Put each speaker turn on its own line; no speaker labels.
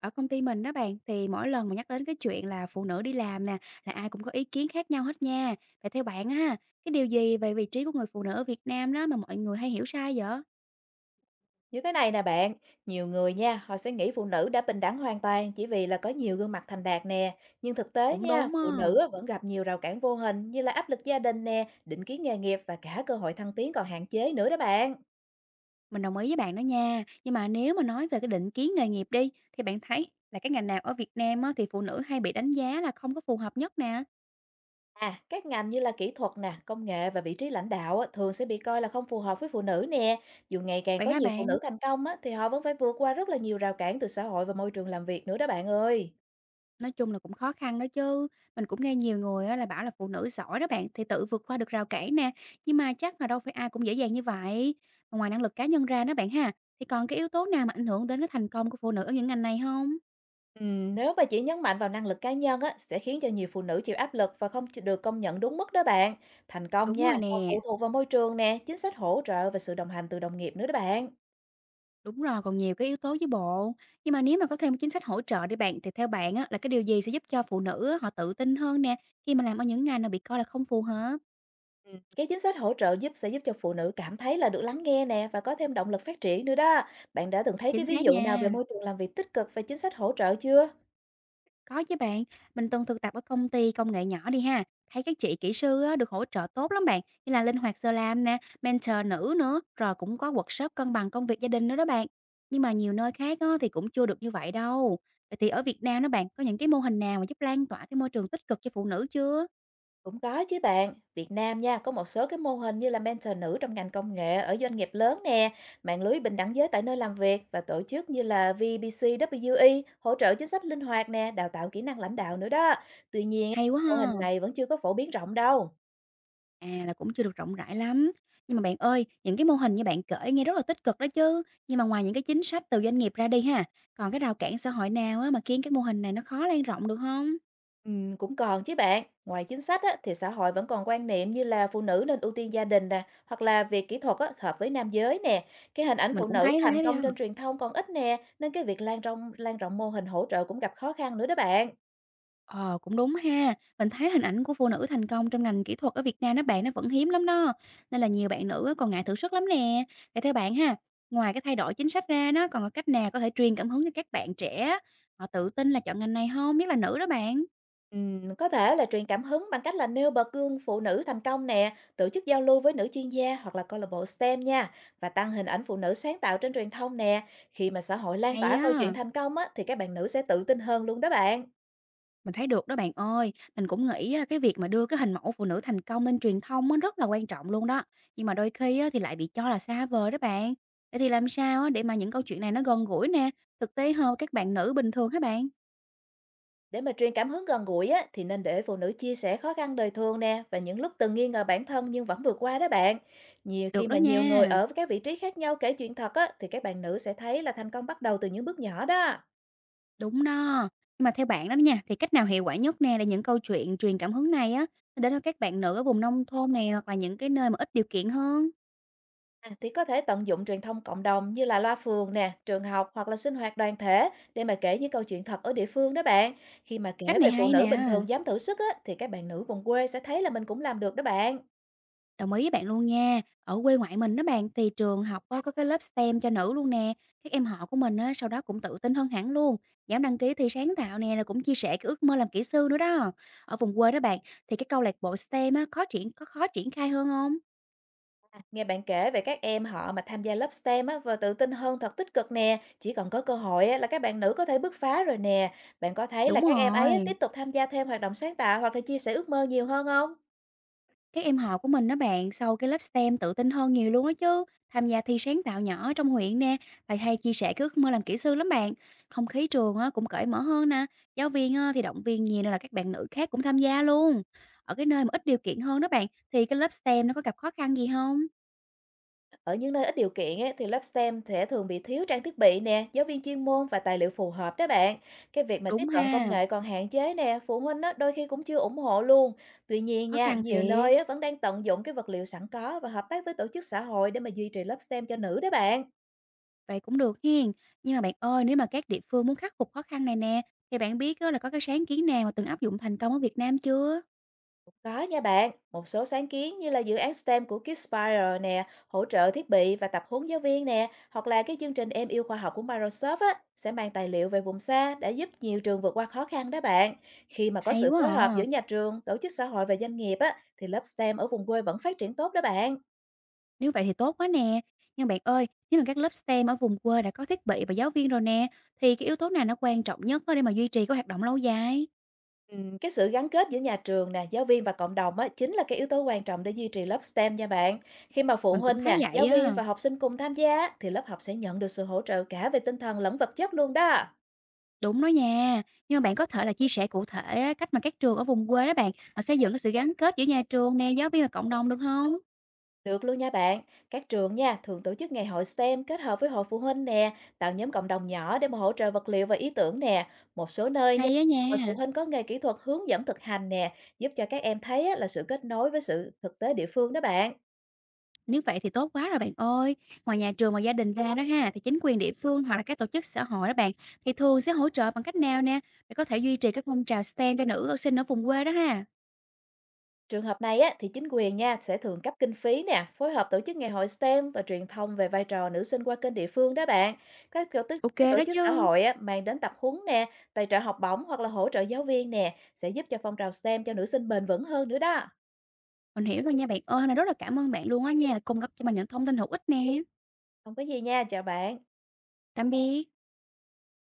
Ở công ty mình đó bạn, thì mỗi lần mà nhắc đến cái chuyện là phụ nữ đi làm nè, là ai cũng có ý kiến khác nhau hết nha. Vậy theo bạn á, cái điều gì về vị trí của người phụ nữ ở Việt Nam đó mà mọi người hay hiểu sai vậy?
Như thế này nè bạn, nhiều người nha, họ sẽ nghĩ phụ nữ đã bình đẳng hoàn toàn chỉ vì là có nhiều gương mặt thành đạt nè. Nhưng thực tế
Cũng
nha,
đúng á.
phụ nữ á, vẫn gặp nhiều rào cản vô hình như là áp lực gia đình nè, định kiến nghề nghiệp và cả cơ hội thăng tiến còn hạn chế nữa đó bạn.
Mình đồng ý với bạn đó nha. Nhưng mà nếu mà nói về cái định kiến nghề nghiệp đi, thì bạn thấy là cái ngành nào ở Việt Nam á, thì phụ nữ hay bị đánh giá là không có phù hợp nhất nè.
À, các ngành như là kỹ thuật nè, công nghệ và vị trí lãnh đạo á, thường sẽ bị coi là không phù hợp với phụ nữ nè. Dù ngày càng
Vậy
có
hả
nhiều phụ
bạn?
nữ thành công á, thì họ vẫn phải vượt qua rất là nhiều rào cản từ xã hội và môi trường làm việc nữa đó bạn ơi.
Nói chung là cũng khó khăn đó chứ, mình cũng nghe nhiều người á là bảo là phụ nữ giỏi đó bạn, thì tự vượt qua được rào cản nè, nhưng mà chắc là đâu phải ai cũng dễ dàng như vậy. Mà ngoài năng lực cá nhân ra đó bạn ha, thì còn cái yếu tố nào mà ảnh hưởng đến cái thành công của phụ nữ ở những ngành này không?
Nếu mà chỉ nhấn mạnh vào năng lực cá nhân á, sẽ khiến cho nhiều phụ nữ chịu áp lực và không được công nhận đúng mức đó bạn. Thành công
Đúng
nha,
rồi
còn phụ
nè,
thuộc vào môi trường nè, chính sách hỗ trợ và sự đồng hành từ đồng nghiệp nữa đó bạn.
đúng rồi, còn nhiều cái yếu tố với bộ. Nhưng mà nếu mà có thêm cái chính sách hỗ trợ đi bạn, thì theo bạn á là cái điều gì sẽ giúp cho phụ nữ á họ tự tin hơn nè, khi mà làm ở những ngành mà bị coi là không phù hợp?
Ừ. Cái chính sách hỗ trợ giúp sẽ giúp cho phụ nữ cảm thấy là được lắng nghe nè và có thêm động lực phát triển nữa đó. Bạn đã từng thấy cái
Chính
ví
xác
dụ nào về
nha.
môi trường làm việc tích cực và chính sách hỗ trợ chưa?
Có chứ bạn, mình từng thực tập ở công ty công nghệ nhỏ đi ha. Thấy các chị kỹ sư á, được hỗ trợ tốt lắm bạn, như là linh hoạt giờ làm nè, mentor nữ nữa, rồi cũng có workshop cân bằng công việc gia đình nữa đó bạn. Nhưng mà nhiều nơi khác á, thì cũng chưa được như vậy đâu. Vậy thì ở Việt Nam đó bạn, có những cái mô hình nào mà giúp lan tỏa cái môi trường tích cực cho phụ nữ chưa?
Cũng có chứ bạn, Việt Nam nha, có một số cái mô hình như là mentor nữ trong ngành công nghệ ở doanh nghiệp lớn nè, mạng lưới bình đẳng giới tại nơi làm việc và tổ chức như là VBCWE hỗ trợ chính sách linh hoạt nè, đào tạo kỹ năng lãnh đạo nữa đó. Tuy nhiên,
Hay quá
mô hình
ha.
này vẫn chưa có phổ biến rộng đâu.
À là cũng chưa được rộng rãi lắm. Nhưng mà bạn ơi, những cái mô hình như bạn kể nghe rất là tích cực đó chứ. Nhưng mà ngoài những cái chính sách từ doanh nghiệp ra đi ha, còn cái rào cản xã hội nào á, mà khiến các mô hình này nó khó lan rộng được không?
Cũng còn chứ bạn, ngoài chính sách á, thì xã hội vẫn còn quan niệm như là phụ nữ nên ưu tiên gia đình nè, hoặc là việc kỹ thuật á, hợp với nam giới nè. Cái hình ảnh
Mình
phụ
cũng
nữ
thấy
thành
thế đi
công
ha.
trên truyền thông còn ít nè, nên cái việc lan rộng mô hình hỗ trợ cũng gặp khó khăn nữa đó bạn.
Ờ, cũng đúng ha. Mình thấy hình ảnh của phụ nữ thành công trong ngành kỹ thuật ở Việt Nam đó bạn, nó vẫn hiếm lắm đó. Nên là nhiều bạn nữ á còn ngại thử sức lắm nè. Vậy theo bạn ha, ngoài cái thay đổi chính sách ra đó, còn có cách nào có thể truyền cảm hứng cho các bạn trẻ, họ tự tin là chọn ngành này không, biết là nữ đó bạn.
Có thể là truyền cảm hứng bằng cách là nêu bật gương phụ nữ thành công nè, tổ chức giao lưu với nữ chuyên gia hoặc là câu lạc bộ STEM nha, và tăng hình ảnh phụ nữ sáng tạo trên truyền thông nè. Khi mà xã hội lan
Hay
tỏa câu chuyện
á.
thành công á, thì các bạn nữ sẽ tự tin hơn luôn đó bạn.
Mình thấy được đó bạn ơi, mình cũng nghĩ là cái việc mà đưa cái hình mẫu phụ nữ thành công lên truyền thông á rất là quan trọng luôn đó. Nhưng mà đôi khi á thì lại bị cho là xa vời đó bạn. Vậy thì làm sao á để mà những câu chuyện này nó gần gũi nè, thực tế hơn các bạn nữ bình thường hả bạn?
Để mà truyền cảm hứng gần gũi á, thì nên để phụ nữ chia sẻ khó khăn đời thường nè và những lúc từng nghi ngờ bản thân nhưng vẫn vượt qua đó bạn. Nhiều khi
Được đó
mà nhiều người
nha,
ở các vị trí khác nhau kể chuyện thật á, thì các bạn nữ sẽ thấy là thành công bắt đầu từ những bước nhỏ đó.
đúng đó. Nhưng mà theo bạn đó nha, thì cách nào hiệu quả nhất nè để những câu chuyện truyền cảm hứng này á đến với các bạn nữ ở vùng nông thôn này hoặc là những cái nơi mà ít điều kiện hơn?
À, thì có thể tận dụng truyền thông cộng đồng như là loa phường nè, trường học hoặc là sinh hoạt đoàn thể để mà kể những câu chuyện thật ở địa phương đó bạn. Khi mà
Cách
kể
này
về phụ
hay
nữ
nè.
bình thường dám thử sức á, thì các bạn nữ vùng quê sẽ thấy là mình cũng làm được đó bạn.
Đồng ý với bạn luôn nha. Ở quê ngoại mình đó bạn thì trường học á, có cái lớp STEM cho nữ luôn nè. Các em họ của mình á, sau đó cũng tự tin hơn hẳn luôn. Dám đăng ký thi sáng tạo nè rồi cũng chia sẻ cái ước mơ làm kỹ sư nữa đó. Ở vùng quê đó bạn thì cái câu lạc bộ STEM á, khó triển có khó triển khai hơn không?
Nghe bạn kể về các em họ mà tham gia lớp STEM á, và tự tin hơn thật tích cực nè. Chỉ cần có cơ hội á, là các bạn nữ có thể bứt phá rồi nè. Bạn có thấy là
Đúng
các em ấy á, tiếp
rồi.
tục tham gia thêm hoạt động sáng tạo hoặc là chia sẻ ước mơ nhiều hơn không?
Các em họ của mình đó bạn, sau cái lớp STEM tự tin hơn nhiều luôn đó chứ. Tham gia thi sáng tạo nhỏ ở trong huyện nè, thầy hay chia sẻ cái ước mơ làm kỹ sư lắm bạn. Không khí trường á, cũng cởi mở hơn nè, giáo viên á, thì động viên nhiều nên là các bạn nữ khác cũng tham gia luôn. Ở cái nơi mà ít điều kiện hơn đó bạn, thì cái lớp STEM nó có gặp khó khăn gì không?
Ở những nơi ít điều kiện ấy, thì lớp STEM sẽ thường bị thiếu trang thiết bị nè, giáo viên chuyên môn và tài liệu phù hợp đó bạn. Cái việc mà tiếp
Đúng
cận công
ha,
nghệ còn hạn chế nè, phụ huynh á, đôi khi cũng chưa ủng hộ luôn. Tuy nhiên
khó
nha,
khăn
nhiều
thiệt,
nơi á, vẫn đang tận dụng cái vật liệu sẵn có và hợp tác với tổ chức xã hội để mà duy trì lớp STEM cho nữ đó bạn.
vậy cũng được hiên. Nhưng mà bạn ơi, nếu mà các địa phương muốn khắc phục khó khăn này nè, thì bạn biết á, là có cái sáng kiến nào mà từng áp dụng thành công ở Việt Nam chưa?
Có nha bạn, một số sáng kiến như là dự án STEM của Kidspire nè, hỗ trợ thiết bị và tập huấn giáo viên nè, hoặc là cái chương trình Em yêu khoa học của Microsoft á, sẽ mang tài liệu về vùng xa đã giúp nhiều trường vượt qua khó khăn đó bạn. Khi mà có
Hay
sự
quá
phối hợp giữa
à.
nhà trường, tổ chức xã hội và doanh nghiệp á, thì lớp STEM ở vùng quê vẫn phát triển tốt đó bạn.
Nếu vậy thì tốt quá nè. Nhưng bạn ơi, nếu mà các lớp STEM ở vùng quê đã có thiết bị và giáo viên rồi nè, thì cái yếu tố nào nó quan trọng nhất á để mà duy trì cái hoạt động lâu dài?
Cái sự gắn kết giữa nhà trường nè, giáo viên và cộng đồng á, chính là cái yếu tố quan trọng để duy trì lớp STEM nha bạn. Khi mà phụ
Mình cũng
huynh
thấy
nè, giáo
vậy
viên
á.
và học sinh cùng tham gia á, thì lớp học sẽ nhận được sự hỗ trợ cả về tinh thần lẫn vật chất luôn đó.
Đúng đó nha. Nhưng mà bạn có thể là chia sẻ cụ thể á, cách mà các trường ở vùng quê đó bạn, họ xây dựng cái sự gắn kết giữa nhà trường nè, giáo viên và cộng đồng được không?
Được luôn nha bạn. Các trường nha thường tổ chức ngày hội STEM kết hợp với hội phụ huynh nè, tạo nhóm cộng đồng nhỏ để mà hỗ trợ vật liệu và ý tưởng nè. Một số nơi nha,
Hay á
hội
nha.
phụ huynh có nghề kỹ thuật hướng dẫn thực hành nè, giúp cho các em thấy á, là sự kết nối với sự thực tế địa phương đó bạn.
Nếu vậy thì tốt quá rồi bạn ơi. Ngoài nhà trường và gia đình ra đó ha, thì chính quyền địa phương hoặc là các tổ chức xã hội đó bạn, thì thường sẽ hỗ trợ bằng cách nào nè để có thể duy trì các phong trào STEM cho nữ học sinh ở vùng quê đó ha?
Trường hợp này á, thì chính quyền nha sẽ thường cấp kinh phí nè, phối hợp tổ chức ngày hội STEM và truyền thông về vai trò nữ sinh qua kênh địa phương đó bạn. Các tổ chức, các
OK
tổ
đó
chức xã
chứ.
hội á, mang đến tập huấn nè, tài trợ học bổng hoặc là hỗ trợ giáo viên nè, sẽ giúp cho phong trào STEM cho nữ sinh bền vững hơn nữa đó.
Mình hiểu rồi nha bạn ơi, hôm nay rất là cảm ơn bạn luôn á nha, là cung cấp cho mình những thông tin hữu ích nè.
Không có gì nha, chào bạn.
Tạm biệt.